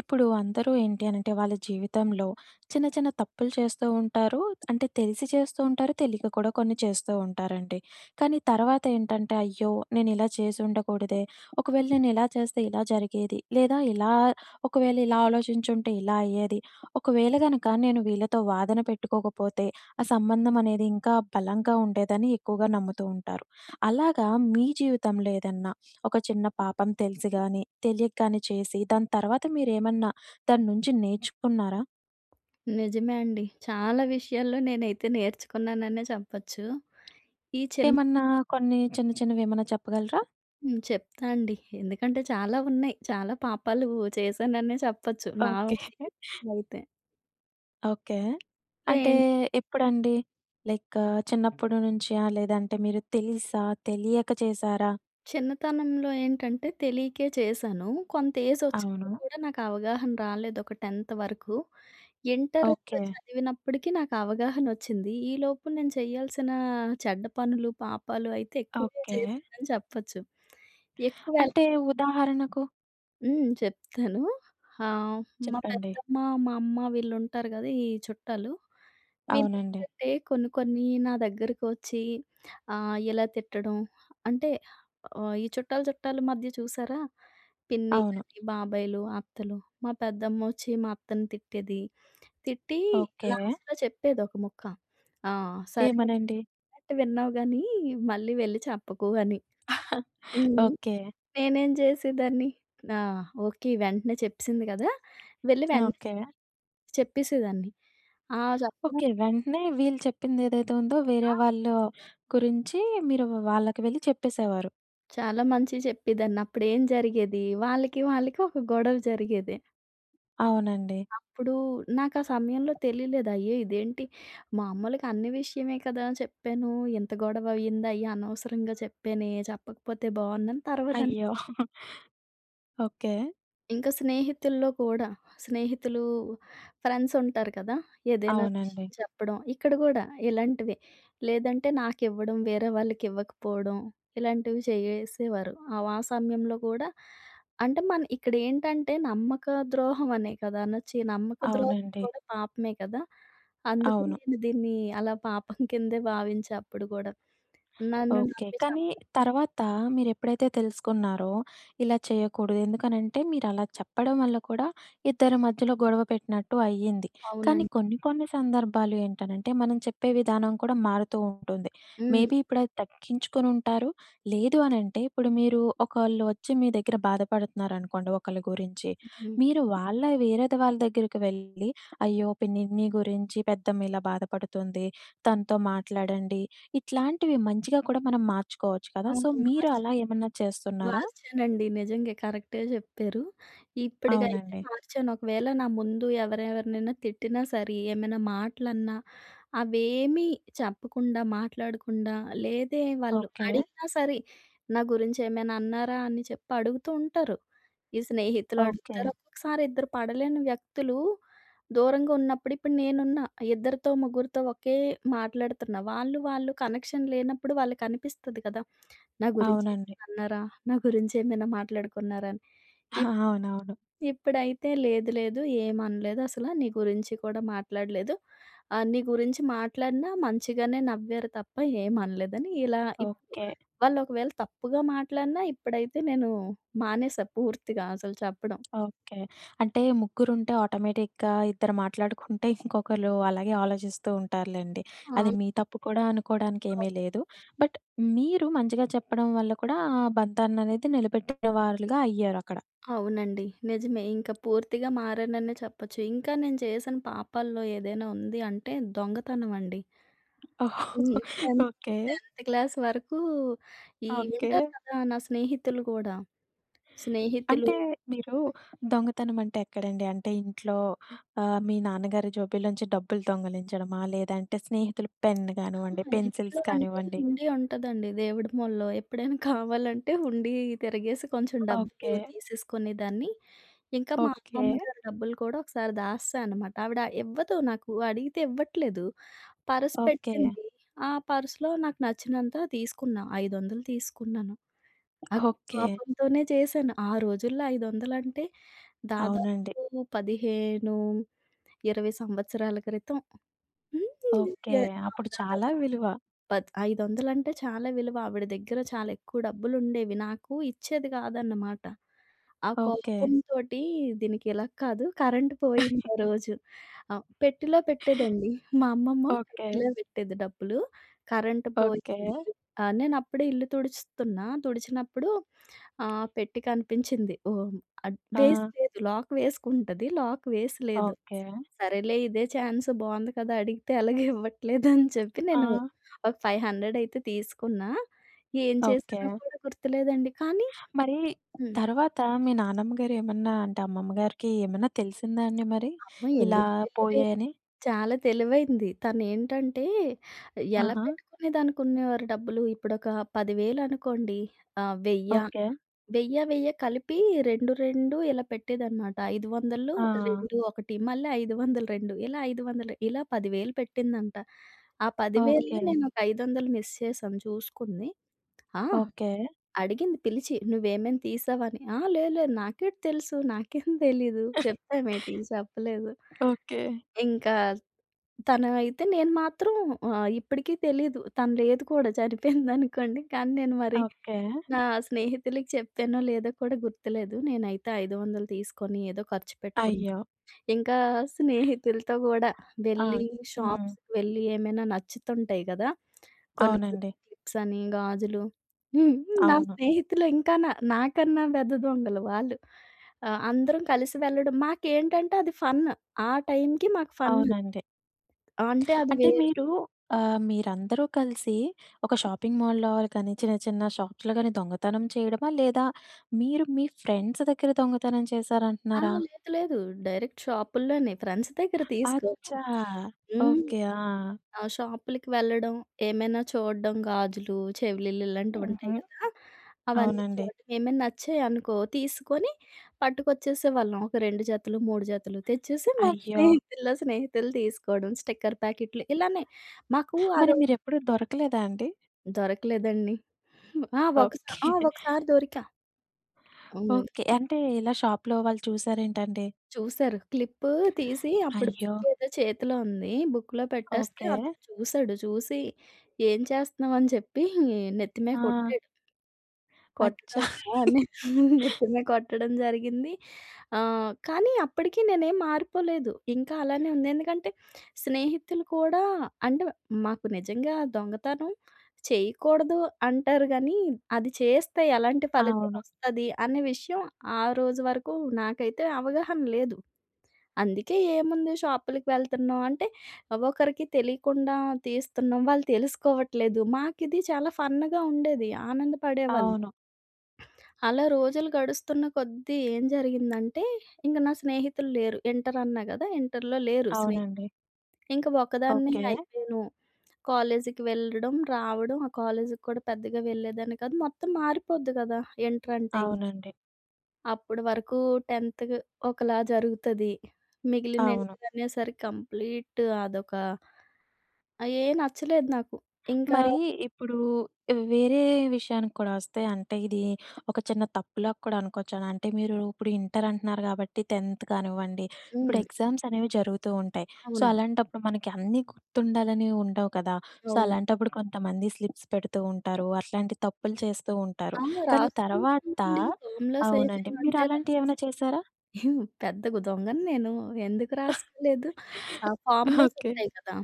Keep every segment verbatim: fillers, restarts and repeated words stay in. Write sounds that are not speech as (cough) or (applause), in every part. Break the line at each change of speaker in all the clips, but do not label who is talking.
ఇప్పుడు అందరూ ఏంటి అనంటే వాళ్ళ జీవితంలో చిన్న చిన్న తప్పులు చేస్తూ ఉంటారు. అంటే తెలిసి చేస్తూ ఉంటారు. తెలియక కూడా కొన్ని చేస్తూ ఉంటారండి. కానీ తర్వాత ఏంటంటే అయ్యో, నేనిలా చేసుండకూడదే! ఒకవేళ నేనిలా చేస్తే ఇలా జరిగేది. లేదా ఇలా ఒకవేళ ఇలా ఆలోచించుంటే ఇలా అయ్యేది. ఒకవేళ గనక నేను వీళ్ళతో వాదన పెట్టుకోకపోతే ఆ సంబంధం అనేది ఇంకా బలంగా ఉండేదని ఎక్కువగా నమ్ముతూ ఉంటారు. అలాగా మీ జీవితంలో ఏదన్నా ఒక చిన్న పాపం తెలిసి గాని, తెలియక గాని చేసి, దాని తర్వాత మీరేమన్నా దాని నుంచి నేర్చుకున్నారా?
నిజమే అండి. చాలా విషయాల్లో నేనైతే నేర్చుకున్నాననే చెప్పొచ్చు. ఈ చిన్న
ఏమన్నా కొన్ని చిన్న చిన్నవేమన్నా చెప్పగలరా?
హ్మ్. చెప్తా అండి. ఎందుకంటే చాలా ఉన్నాయి. చాలా పాపాలు చేశాననే చెప్పొచ్చు. నా
ఓకే.
జీవితంలో అయితే.
ఓకే.
ఇట్లా
అంటే
ఏం
ఎప్పుడండి? లైక్ చిన్నప్పుడు నుంచా? లేదంటే మీరు తెలిసా? తెలియక చేసారా?
చిన్నతనంలో ఏంటంటే తెలియకే చేశాను. కొంత ఏజొచ్చాక
అవును.
కూడా నాకు అవగాహన రాలేదు. ఒక 10థ్ వరకు. Inter
okay.
చదివినప్పటికి నాకు అవగాహనొచ్చింది. ఈలోపు నేను చేయాల్సిన చెడ్డ పనులు, పాపాలు అయితే ఎక్కువే
ఓకే.
చేశానని చెప్పొచ్చు. ఎక్కువ
అంటే ఉదాహరణకు
హ్మ్. చెప్తాను. ఆహ్, మా
చెప్పండి.
పెద్దమ్మ, మా అమ్మ వీళ్ళుంటారు గదా! ఈ చుట్టాలు.
అవునండి.
వీళ్ళేంటంటే కొన్ని కొన్ని నా దగ్గరకొచ్చి ఆహ్, ఇలా తిట్టడం అంటే, ఆహ్, ఈ చుట్టాలు చుట్టాల మధ్య చూసారా? పిన్ని
అవును.
గాని, బాబాయిలు, అత్తలు. మా పెద్దమ్మొచ్చి మా అత్తని తిట్టేది. తిట్టి
ఓకే.
లాస్ట్‌లో చెప్పేది ఒక ముక్క. ఆ! సరే,
ఏమనండి?
చెప్పినట్టు విన్నావు గానీ మళ్ళీ వెళ్లి చెప్పకు అని. హ్మ్.
ఓకే.
నేనేం జేసేదాన్ని? ఆ! ఓకే. వెంటనే చెప్పేసింది కదా! వెళ్ళి వెంటనే
ఓకే.
చెప్పేసేదాన్ని. ఆ! చెప్పడం
ఓకే. వెంటనే వీళ్ళు చెప్పింది ఏదైతే ఉందో వేరే
ఆ!
వాళ్ళ గురించి మీరు వాళ్ళకి వెళ్లి చెప్పేసేవారు.
చాలా మంచిగా చెప్పేదాన్ని. అప్పుడేం జరిగేది, వాళ్ళకి వాళ్ళకి ఒక గొడవ జరిగేది.
అవునండి.
అప్పుడు నాకు ఆ సమయంలో తెలియలేదు. అయ్యో! ఇదేంటి, మామూలుగా అన్ని విషయమే కదా చెప్పాను. ఇంత గొడవ అయింది. అయ్యో! అనవసరంగా చెప్పానే, చెప్పకపోతే బావుండని తర్వాత
అయ్యో! ఓకే.
ఇంకా స్నేహితుల్లో కూడా. స్నేహితులు, ఫ్రెండ్స్ ఉంటారు కదా! ఏదైనా విషయం
అవునండి.
చెప్పడం. ఇక్కడ గూడా ఇలాంటివే. లేదంటే నాకివ్వడం, వేరే వాళ్ళకివ్వకపోవడం ఇలాంటివి చేసేవారు. ఆ ఆ సమయంలో కూడా అంటే మన ఇక్కడేంటంటే నమ్మక ద్రోహం అనే కదా అనొచ్చు. ఈ నమ్మక ద్రోహం
అవునండి.
కూడా పాపమే కదా! అందుకు
అవును.
నేను దీన్ని అలా పాపం కిందే భావించా అప్పుడు గూడా. నన్ను
ఓకే.
నమ్మి
కానీ
చెప్పడం.
తర్వాత మీరెప్పుడైతే తెలుసుకున్నారో, ఇలా చేయకూడదు. ఎందుకనంటే, మీరలా చెప్పడం వల్ల కూడా ఇద్దరి మధ్యలో గొడవ పెట్టినట్టు అయ్యింది. కానీ
అవునండి.
కొన్ని కొన్ని సందర్భాలు ఏంటనంటే, మనం చెప్పే విధానం కూడా మారుతూ ఉంటుంది.
హ్మ్.
మేబీ ఇప్పుడది తగ్గించుకొనుంటారు. లేదు అనంటే, ఇప్పుడు మీరు ఒకళ్ళు వచ్చి మీ దగ్గర బాధపడుతున్నారనుకోండి ఒకళ్ళ గురించి,
హ్మ్.
మీరు వాళ్ళ వేరేది వాళ్ళ దగ్గరికి వెళ్ళి, "అయ్యో! పిన్ని నీ గురించి పెద్దమ్మ ఇలా బాధపడుతుంది. తనతో మాట్లాడండి. ఇట్లాంటివి మంచిగా కూడా మనం మార్చుకోవచ్చు కదా!" సో,
అవును.
మీరు
మార్చ్
అలా ఏమన్నా చేస్తున్నారా?
మార్చానండి. నిజంగే కరెక్టే జెప్పారు. ఇప్పటికైతే
అవునండి.
మార్చాను. ఒకవేళ నా ముందు ఎవరెవరినైనా తిట్టినా సరే, ఏమైనా మాటలన్నా అవేమీ చెప్పకుండా, మాట్లాడకుండా, లేదే వాళ్ళు
ఓకే.
అడిగినా సరే, నా గురించి ఏమైనా అన్నారా అని చెప్పి అడుగుతూ ఉంటారు. ఈ స్నేహితులు
ఓకే.
అడుగుతారు. ఒక్కొక్కసారి ఇద్దరు పడలేని వ్యక్తులు దూరంగా ఉన్నప్పుడు ఇప్పుడు నేనున్నా. ఇద్దరితో, ముగ్గురితో ఒకే మాట్లాడుతున్నా. వాళ్ళు, వాళ్ళు కనెక్షన్ లేనప్పుడు వాళ్ళకనిపిస్తది కదా! నా గురించి
అవునండి.
ఏమైనా అన్నారా? నా గురించి ఏమైనా మాట్లాడుకున్నారా అని? ఇప్
అవునవును.
ఇప్పుడైతే లేదు లేదు, ఏమనలేదు అసల. నీ గురించి కూడా మాట్లాడలేదు. ఆహ్, నీ గురించి మాట్లాడినా మంచిగానే నవ్వారు తప్ప ఏమనలేదని ఇలా ఇప్పుడు
ఓకే.
వాళ్ళు ఒకవేళ తప్పుగా మాట్లాడినా ఇప్పుడైతే నేను మానేసా పూర్తిగా అసలు చెప్పడం.
ఓకే. అంటే ముగ్గురుంటే ఆటోమేటిక్‌గా ఇద్దరు మాట్లాడుకుంటే ఇంకొకళ్ళు అలాగే ఆలోచిస్తూ ఉంటారులెండి. అది
ఆ!
మీ తప్పు కూడా అనుకోవడానికి
అవు
ఏమీ లేదు. బట్ మీరు మంచిగా చెప్పడం వల్ల కూడా ఆ బంధాన్ననేది నిలబెట్టిన వారులుగా అయ్యారక్కడ.
అవునండి. నిజమే. ఇంకా పూర్తిగా మారాననే చెప్పొచ్చు. ఇంకా నేను చేసిన పాపాల్లో ఏదైనా ఉంది అంటే దొంగతనం అండి.
ఓహ్!
హ్మ్. 10థ్
ఓకే.
10థ్ క్లాస్ వరకు ఈ
ఓకే.
ఉంటారు కదా! నా స్నేహితులు గూడా. స్నేహితులు
అంటే మీరు దొంగతనం అంటే ఎక్కడండి? అంటే ఇంట్లో ఆహ్, మీ నాన్నగారి జోబీలోంచి డబ్బులు దొంగిలించడమా? లేదంటే స్నేహితులు పెన్
ఆ!
గానివ్వండి,
ఇంట్లో
పెన్సిల్స్
అంటే
కానివ్వండి.
హుండీ ఉంటదండి దేవుడి మొల్లో. ఎప్పుడైనా కావాలంటే హుండీ తిరిగేసి కొంచెం డబ్బులు
ఓకే.
తీసేసుకునేదాన్ని. ఇంకా మా
ఓకే.
అమ్మమ్మ గారి డబ్బులు కూడా ఒకసారి దాస్సా అనమాట. ఆవిడ ఇవ్వదు నాకు. అడిగితే ఇవ్వట్లేదు. Purse
okay.
పెట్టింది. ఆ పర్స్‌లో నాకు నచ్చినంత తీసుకున్నా. ఐదు వందలు తీసుకున్నాను. ఆ
ఓకే.
కోపంతోనే చేశాను. ఆ రోజుల్లో ఐదు వందలు అంటే
అవునండి.
దాదాపు పదిహేను, ఇరవై సంవత్సరాల క్రితం. హ్మ్.
ఓకే.
యాహ్!
అప్పుడు
దాదాపు
చాలా విలువ.
పద్ ఐదు వందలు అంటే చాలా విలువ. ఆవిడ దగ్గర చాలా ఎక్కువ డబ్బులుండేవి. నాకు ఇచ్చేది కాదన్నమాట. ఆ
ఓకే.
కోపంతోటి దీనికి ఇలా కాదు, కరెంట్ పోయింది ఆ రోజు. ఆహ్, పెట్టెలో పెట్టేదండి. మా అమ్మమ్మ
ఓకే.
పెట్టెలో పెట్టేది డబ్బులు. Current
okay.
పోయింది. ఆహ్, నేనప్పుడే ఇల్లు తుడుస్తున్నా. తుడిచినప్పుడు ఆహ్, పెట్టె కనిపించింది. ఓహ్! అద్
ఆ!
వేసి లేదు. లాక్ వేసుకుంటది. లాక్ వేసి లేదు.
ఓకే.
సరేలే ఇదే ఛాన్స్ బావుంది కదా! అడిగితే ఎలాగో ఇవ్వట్లేదని చెప్పి
ఆ!
నేను ఒక ఐదు వందలు అయితే తీసుకున్నా. ఏం
ఓకే.
చేశానో కూడా గుర్తులేదండి. కానీ
మరి
హ్మ్.
తర్వాత మీ నానమ్మ గారు ఏమన్నా అంటే అమ్మమ్మ గారికి ఏమన్నా తెలిసిందా అండి మరి?
అమ్మ
ఇలా
ఎందుకు తెలియలేదు?
పోయాయని?
చాలా తెలివైంది. తనేంటంటే, ఎలా
ఆహా!
పెట్టుకునేదానికునేవారు డబ్బులు. ఇప్పుడొక పదివేలు అనుకోండి. ఆహ్, వెయ్యి
ఓకే.
వెయ్యి, వెయ్యి కలిపి రెండు, రెండు ఇలా పెట్టేదనమాట. ఐదు వందలు
ఆ!
రెండు, ఒకటి మళ్ళీ ఐదు వందలు, రెండు ఇలా ఐదు వందలు ఇలా పదివేలు పెట్టిందంట. ఆ
ఓకే.
10,000లో నేనొక ఐదు వందలు మిస్ చేశాను చూసుకుంది. ఆ!
ఓకే.
అడిగింది పిలిచి, "నువ్వేమైనా తీసావని?" "ఆ! లే లే, నాకేటి తెలుసు. నాకేం తెలీదు. చెప్తామేటి చెప్పలేదు."
ఓకే.
ఇంకా తను అయితే నేను మాత్రం, ఆహ్, ఇప్పటికి తెలీదు. తను లేదు కూడా, చనిపోయిందనుకోండి. కానీ నేను మరి
ఓకే.
నా స్నేహితులకి చెప్పానో లేదో కూడా గుర్తులేదు. నేనైతే ఐదు వందలు తీసుకొని ఏదో ఖర్చు పెట్టుకున్నా.
అయ్యో!
ఇంకా స్నేహితులతో గూడా
ఆ!
వెళ్ళి
హ్మ్.
షాప్స్‌కి వెళ్ళి ఏమైనా నచ్చుతుంటాయి గదా! కొన్ని కొన్ని
అవునండి.
క్లిప్స్ అని, గాజులు. హ్మ్. నా
అవును.
స్నేహితులు ఇంకా నా నాకన్నా పెద్ద దొంగలు వాళ్ళు. ఆహ్, అందరం కలిసి వెళ్ళడం, మాకేంటంటే అది ఫన్. ఆ టైంకి మాకు ఫన్.
అవునండి.
అంటే అది వే
అంటే మీరు ఆహ్, మీరందరూ కలిసి ఒక షాపింగ్ మాల్‌లో గాని, చిన్న చిన్న షాప్స్‌లో గాని దొంగతనం చేయడమా? లేదా మీరు మీ ఫ్రెండ్స్ దగ్గర దొంగతనం
ఆ!
చేశారంటున్నారా?
లేదు లేదు. డైరెక్ట్ షాపుల్లోనే, ఫ్రెండ్స్ దగ్గర తీసుకోము.
అచ్చా!
హ్మ్.
ఓకే. ఆ!
ఆ! షాపులకి వెళ్ళడం, ఏమైనా చూడడం, గాజులు, చెవిలీలు ఇలాంటివుంటాయి
హుహు.
గదా! అవన్నీ
అవునండి.
చూడడం, ఏమైనా నచ్చాయనుకో తీసుకొని పట్టుకొచ్చేసేవాళ్ళం. ఒక రెండు జతలు, మూడు జతలు తెచ్చేసి మా
అయ్యో!
స్నేహితుల్లో స్నేహితులు తీసుకోవడం. స్టిక్కర్ ప్యాకెట్లు ఇలానే. మాకు ఆ
మరి
రోజు
మీరెప్పుడు దొరకలేదా అండి?
దొరకలేదండి. ఆ! ఒకసా ఆ!
ఓకే.
ఒకసారి దొరికా. హ్మ్.
ఓకే. అంటే ఇలా షాప్‌లో వాళ్ళు చూసారేంటండి?
చూసారు. క్లిప్పు తీసి అప్పుడు
అయ్యో!
బుక్కేదో చేతిలో ఉంది. బుక్‌లో పెట్టేస్తే
ఓకే.
అతను చూసాడు. చూసి, "ఏం చేస్తున్నావని?" చెప్పి నెత్తి మీద
ఆ!
కొట్టాడు. కొట్టడం
అచ్చా!
ఆ! (laughs) నెత్తి మీద కొట్టడం జరిగింది. ఆహ్, కానీ అప్పటికి నేనేం మారిపోలేదు. ఇంకా అలానే ఉంది. ఎందుకంటే స్నేహితులు కూడా అంటే, మాకు నిజంగా దొంగతనం చేయకూడదు అంటారు గానీ, అది చేస్తే ఎలాంటి ఫలితం
అవును.
వస్తది అనే విషయం ఆ రోజు వరకు నాకైతే అవగాహన లేదు. అందుకే ఏముంది, షాపులకి వెళ్తున్నాం అంటే ఒకరికి తెలియకుండా తీస్తున్నాం. వాళ్ళు తెలుసుకోవట్లేదు. మాకిది చాలా ఫన్‌గా ఉండేది. ఆనందపడేవాళ్ళం.
అవును.
అలా రోజులు గడుస్తున్న కొద్దీ ఏం జరిగిందంటే, ఇంక నా స్నేహితులు లేరు. ఇంటర్ అన్నా గదా! ఇంటర్‌లో లేరు స్నేహితులు.
అవునండి.
ఇంక ఒకదాన్నే
ఓకే.
అయిపోయాను. కాలేజీకి వెళ్ళడం, రావడం, ఆ కాలేజీకి కూడా పెద్దగా వెళ్ళేదాన్ని కాదు. మొత్తం మారిపోద్ది గదా! ఇంటర్ అంటే ఇంక.
అవునండి.
అప్పుడు వరకు 10థ్ ఒకలా జరుగుతది. మిగిలిన
అవును.
ఇంటరనేసరికి కంప్లీట్ అదొక, ఆహ్, ఏ నచ్చలేదు నాకు. ఇంకా
మరి ఇప్పుడు వేరే విషయానికి కూడా వస్తే అంటే ఇది ఒక చిన్న తప్పులా కూడా అనుకోవచ్చాను. అంటే మీరు ఇప్పుడు ఇంటర్ అంటున్నారు కాబట్టి 10థ్ కానివ్వండి, ఇప్పుడు
హ్మ్.
ఎగ్జామ్స్ అనేవి జరుగుతూ ఉంటాయి. సో,
అవును.
అలాంటప్పుడు మనకి అన్నీ గుర్తుండాలని ఉండవు కదా! సో,
అవును.
అలాంటప్పుడు కొంతమంది స్లిప్స్ పెడుతూ ఉంటారు. అట్లాంటి తప్పులు చేస్తూ ఉంటారు.
ఆ!
కానీ తర్వాత
రాసుకుంటానండి. ఫార్ములాస్
అవునండి. మీరు
ఏమేమంటే
అలాంటివి
రాసేస్
ఏమైనా చేశారా?
(laughs) పెద్దగా దొంగను నేను. ఎందుకు రాసుకోలేదు. ఆ ఫార్ములాస్
ఓకే.
ఉంటాయి కదా!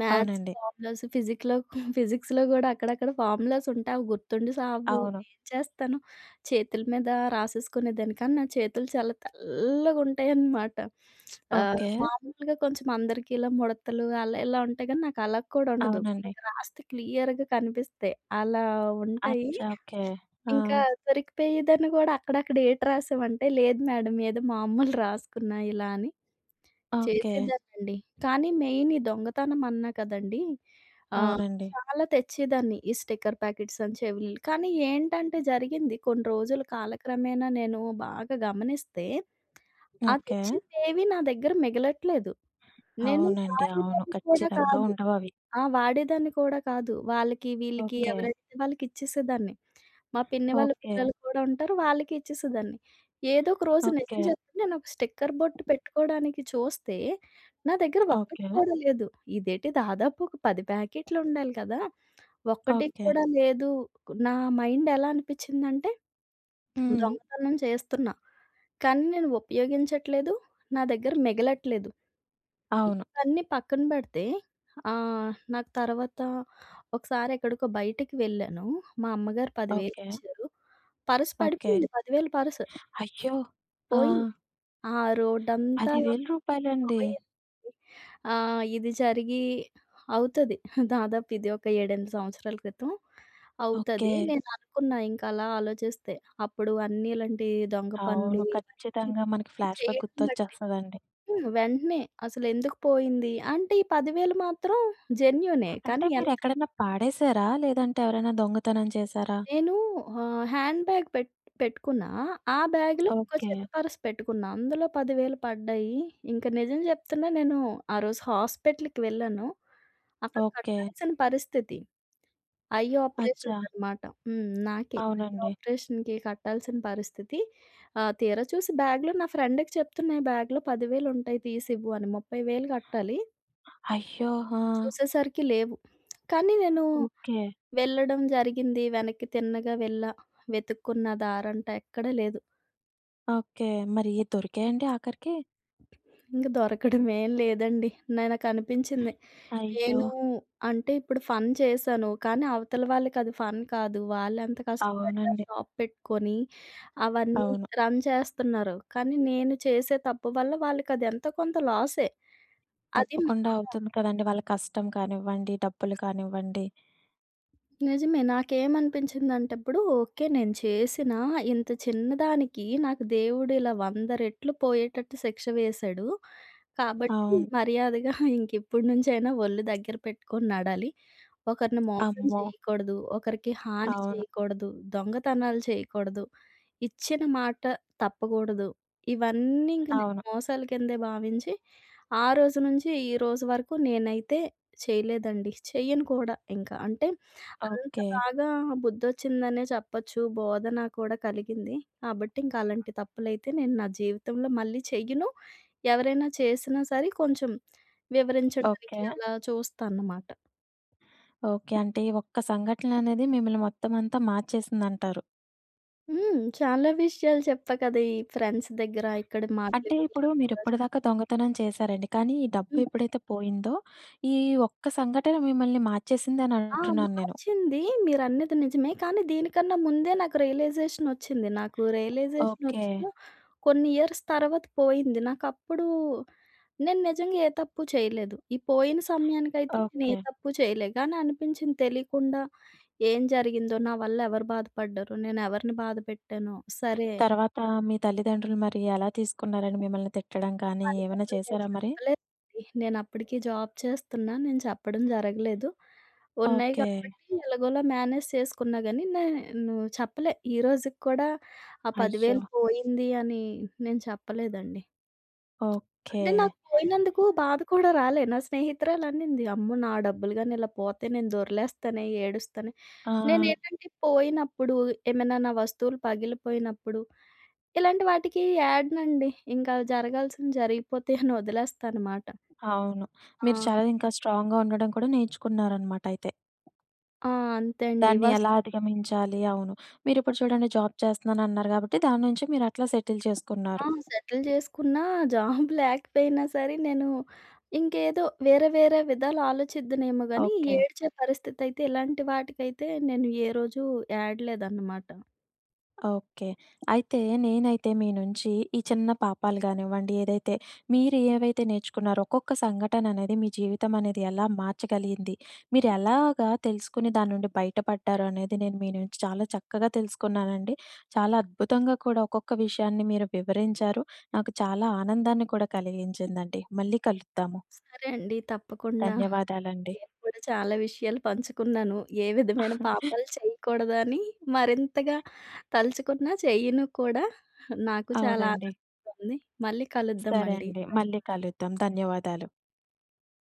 మ్యాథ్స్
అవునండి.
ఫార్ములాస్ ఫిజిక్‌లో, ఫిజిక్స్‌లో గూడా అక్కడక్కడ ఫార్ములాస్ ఉంటాయి. అవి గుర్తుండి సావు.
అవును.
ఏం చేస్తాను? చేతుల మీద రాసేసుకునేదాన్ని. కానీ నా చేతులు చాలా తెల్లగుంటాయనమాట. ఆహ్,
ఓకే.
మామూలుగా కొంచెం అందరికీ ఇలా ముడతలు అలా ఇలా ఉంటాయి గానీ, నాకు అలా కూడా ఉండదు.
అవునండి.
ఇంక రాస్తే క్లియర్‌గా కనిపిస్తాయి. అలా ఉంటాయి.
అచ్చా! ఓకే. ఆ!
ఇంకా దొరికిపోయేదాన్ని గూడా. అక్కడక్కడ ఏటి రాసావంటే, లేదు మేడం ఏదో మామూలు రాసుకున్నా ఇలా అని
ఓకే.
చేసేదాన్నండి. కానీ మెయిన్ ఈ దొంగతనం అన్నా కదండీ! ఆహ్,
అవునండి.
చాలా తెచ్చేదాన్ని. ఈ స్టిక్కర్ ప్యాకెట్స్ అని, చెవిలీలు. కానీ ఏంటంటే జరిగింది, కొన్ని రోజులు కాలక్రమేణా నేను బాగా గమనిస్తే, ఆ
ఓకే.
తెచ్చినవేవి నా దగ్గర మిగలట్లేదు. నేను
అవునండి. అవును.
వాడేదాన్ని కూడా
ఖచ్చితంగా
కాదు.
ఉండవవి.
ఆ! వాడేదాన్ని కూడా కాదు. వాళ్ళకి, వీళ్ళకి, హ్మ్.
ఓకే.
ఎవరైతే వాళ్ళకిచ్చేసేదాన్ని. మా పిన్ని వాళ్ళ
ఓకే.
పిల్లలు కూడా ఉంటారు. వాళ్ళకి ఇచ్చేసేదాన్ని. ఏదో ఒక రోజు నిజం
ఓకే.
చెప్తే నేనొక స్టిక్కర్ బొట్టు పెట్టుకోవడానికి చూస్తే, నా దగ్గర ఒక్కటి
ఓకే.
కూడా లేదు. ఇదేంటి దాదాపు ఒక పది ప్యాకెట్లుండాలి కదా! ఒక్కటి
ఓకే.
కూడా లేదు. నా మైండ్ ఎలా అనిపిచ్చిందంటే,
హ్మ్.
దొంగతనం చేస్తున్నా. కానీ నేను ఉపయోగించట్లేదు. నా దగ్గర మిగలట్లేదు.
అవును.
ఇవన్నీ పక్కన పెడితే, ఆహ్, నాకు తర్వాత ఒకసారి ఎక్కడికో బయటికి వెళ్ళాను. మా అమ్మగారు పదివేలు
ఓకే.
ఇచ్చారు. Purse
okay.
పడిపోయింది. పదివేలు పర్స్
అయ్యో! ఆ!
పోయింది. ఆ
రూ.
రోడ్డంతా
పది వేలు
పోయింది. ఆహ్, ఇది జరిగి అవుతది. దాదాపు ఇది ఒక ఏడు, ఎనిమిది సంవత్సరాల క్రితం అవుతది.
ఓకే.
నేను అనుకున్నా ఇంక అలా ఆలోచిస్తే. అప్పుడు అన్ని ఇలాంటి దొంగ పనులు
అవును.
ఇవన్నీ
ఖచ్చితంగా మనకి ఫ్లాష్‌బ్యాక్
చేయడం బట్టి,
గుర్తొచ్చేస్తదండి.
హ్మ్. వెంటనే అసలెందుకు పోయింది? అంటే ఈ పదివేలు మాత్రం జెన్యూనే.
అంటే
కానీ ఎంత
మీరెక్కడన్నా పాడేసారా? లేదంటే ఎవరైనా దొంగతనం చేశారా?
నేను ఆహ్, హ్యాండ్ బ్యాగ్ పెట్ పెట్టుకున్నా. ఆ బ్యాగ్‌లో ఇంకో
ఓకే.
చిన్న పర్స్ పెట్టుకున్నా. అందులో పదివేలు పడ్డాయి. ఇంక నిజం చెప్తున్నా, నేను ఆ రోజు హాస్పిటల్‌కి వెళ్ళాను. అక్కడ
ఓకే.
కట్టాల్సిన పరిస్థితి. ఐ
అచ్చా!
ఆపరేషన్‌కనమాట. హ్మ్. నాకే. ఐ
అవునండి.
ఆపరేషన్‌కి కట్టాల్సిన పరిస్థితి. ఆహ్, తీరా చూసి బ్యాగ్‌లో నా ఫ్రెండ్‌కి చెప్తున్నా, "ఈ బ్యాగ్‌లో పదివేలు ఉంటాయి తీసివ్వు" అని. ముప్పైవేలు కట్టాలి.
అయ్యో! ఆ!
చూసేసరికి లేవు. కానీ నేను
ఓకే.
వెళ్ళడం జరిగింది. వెనక్కి తిన్నగా వెళ్ళా. వెతుక్కున్న దారంట ఎక్కడ లేదు.
ఓకే. మరి దొరికాయండి ఆఖరికి?
ఇంక దొరకడమేం లేదండి. నాకనిపించింది,
అయ్యో!
నేను అంటే ఇప్పుడు ఫన్ చేశాను. కానీ అవతల వాళ్ళకది ఫన్ కాదు. వాళ్ళెంత కష్టపడి ఆ
అవునండి.
షాప్ పెట్టుకొని అవన్నీ
అవును.
రన్ చేస్తున్నారు. కానీ నేను చేసే తప్పు వల్ల వాళ్ళకదెంతో కొంత లాసే. అది మ
తప్పకుండా
ఆ!
అవుతుంది కదండీ. వాళ్ళ కష్టం కానివ్వండి, డబ్బులు కానివ్వండి.
నిజమే. నాకేమనిపించిందంటే ఇప్పుడు ఓకే. నేను చేసిన ఇంత చిన్నదానికి నాకు దేవుడు ఇలా వంద రెట్లు పోయేటట్టు శిక్ష వేశాడు. కాబట్టి
అవును.
మర్యాదగా (laughs) ఇంకిప్పటి నుంచైనా ఒళ్ళు దగ్గర పెట్టుకొని నడాలి. ఒకరిని మోసం
అమ్మో!
చేయకూడదు. ఒకరికి హాని
అవును.
చేయకూడదు. దొంగతనాలు చేయకూడదు. ఇచ్చిన మాట తప్పకూడదు. ఇవన్నీ ఇంక నేను
అవును.
మోసాల కిందే భావించి ఆ రోజు నుంచి ఈ రోజు వరకు నేనైతే చేయలేదండి. చెయ్యను కూడా ఇంకా. అంటే అంత
ఓకే.
బాగా బుద్ధొచ్చిందనే చెప్పొచ్చు. బోధన కూడా కలిగింది. కాబట్టి ఇంక అలాంటి తప్పులైతే నేను నా జీవితంలో మళ్ళీ చెయ్యను. ఎవరైనా చేసినా సరే కొంచెం వివరించడానికి
ఓకే.
అలా చూస్తానన్నమాట.
ఓకే. అంటే ఈ ఒక్క సంఘటన అనేది మిమ్మల్ని మొత్తం అంతా మార్చేసిందంటారు.
హ్మ్. చాలా విషయాలు చెప్పా కదా! ఈ ఫ్రెండ్స్ దగ్గర ఇక్కడ మాటలు
అంటే
విని
ఇప్పుడు
అక్కడ,
మీరిప్పటిదాకా దొంగతనం చేశారండి. కానీ ఈ డబ్బు ఎప్పుడైతే పోయిందో, ఈ ఒక్క సంఘటన మిమ్మల్ని మార్చేసిందని
ఆ!
అంటున్నాను నేను.
మార్చింది. మీరన్నది నిజమే. కానీ దీనికన్నా ముందే నాకు రియలైజేషనొచ్చింది. నాకు
ఓకే.
రియలైజేషనొచ్చిన కొన్ని ఇయర్స్ తర్వాత పోయింది. నాకప్పుడు నేను నిజంగా ఏ తప్పు చేయలేదు. ఈ పోయిన సమయానికైతే నేను ఏ
ఓకే.
తప్పు చేయలే. కానీ అనిపించింది తెలియకుండా ఏం జరిగిందో, నా వల్ల ఎవరు బాధపడ్డారో, నేను ఎవరిని బాధ పెట్టానో. సరే,
తర్వాత మీ తల్లిదండ్రులు మరి ఎలా తీసుకున్నారండి? మిమ్మల్ని తిట్టడం కానీ, ఏమైనా
వాళ్ళకసలు నేను
చేశారా మరి?
చెప్పలేదండి. నేనప్పటికి జాబ్ చేస్తున్నా. నేను చెప్పడం జరగలేదు. ఉన్నాయి
ఓకే.
కాబట్టి ఎలాగోలా మేనేజ్ చేసుకున్నా గానీ, నేను చెప్పలే. ఈ రోజుకి కూడా ఆ
అయ్యో!
పదివేలు పోయింది అని నేను చెప్పలేదండి.
ఓకే.
అంటే నాకు పోయినందుకు బాధ కూడా రాలే. నా స్నేహితురాలనింది, "అమ్మో! నా డబ్బులు గాని ఇలా పోతే నేను దొర్లేస్తానే, ఏడుస్తానే."
ఆ!
నేనేంటంటే పోయినప్పుడు, ఏమైనా నా వస్తువులు పగిలిపోయినప్పుడు ఇలాంటి వాటికి యాడనండి. ఇంకా జరగాల్సింది జరిగిపోతే అని వదిలేస్తానమాట.
అవును.
ఆ!
మీరు చాలా ఇంకా స్ట్రాంగ్‌గా ఉండడం కూడా నేర్చుకున్నారనమాట అయితే.
ఆ! అంతే అండి.
దాన్ని
వస్
ఎలా అధిగమించాలి అవును. మీరిప్పుడు చూడండి జాబ్ చేస్తున్నానన్నారు కాబట్టి, దాని నుంచి మీరట్లా సెటిల్
ఆ!
చేసుకున్నారు.
సెటిల్ చేసుకున్నా, జాబ్ లేకపోయినా సరే నేను ఇంకేదో వేరే వేరే విధాలు ఆలోచిద్దునేమో గానీ,
ఓకే.
ఏడ్చే పరిస్థితయితే ఇలాంటి వాటికైతే నేను ఏ రోజు యాడలేదన్నమాట.
ఓకే. అయితే నేనైతే మీ నుంచి ఈ చిన్న పాపాలు గానివ్వండి, ఏదైతే మీరు ఏవైతే నేర్చుకున్నారో ఒక్కొక్క సంఘటన అనేది మీ జీవితం అనేది ఎలా మార్చగలిగింది? మీరు ఎలాగా తెలుసుకుని దాని నుండి బయటపడ్డారు అనేది నేను మీ నుంచి చాలా చక్కగా తెలుసుకున్నానండి. చాలా అద్భుతంగా కూడా ఒక్కొక్క విషయాన్ని మీరు వివరించారు. నాకు చాలా ఆనందాన్ని కూడా కలిగించిందండి. మళ్ళీ కలుద్దాము.
సరే అండి. తప్పకుండా.
ధన్యవాదాలండి.
నేను కూడా చాలా విషయాలు పంచుకున్నాను. ఏ విధమైన పాపాలు
(laughs)
చేయకూడదని మరింతగా తలుచుకున్నా చేయను కూడా. నాకు చాలా
అవునండి.
ఆనందంగా ఉంది. మళ్ళీ
సరే
కలుద్దామండి.
అండి. మళ్ళీ కలుద్దాం. ధన్యవాదాలు.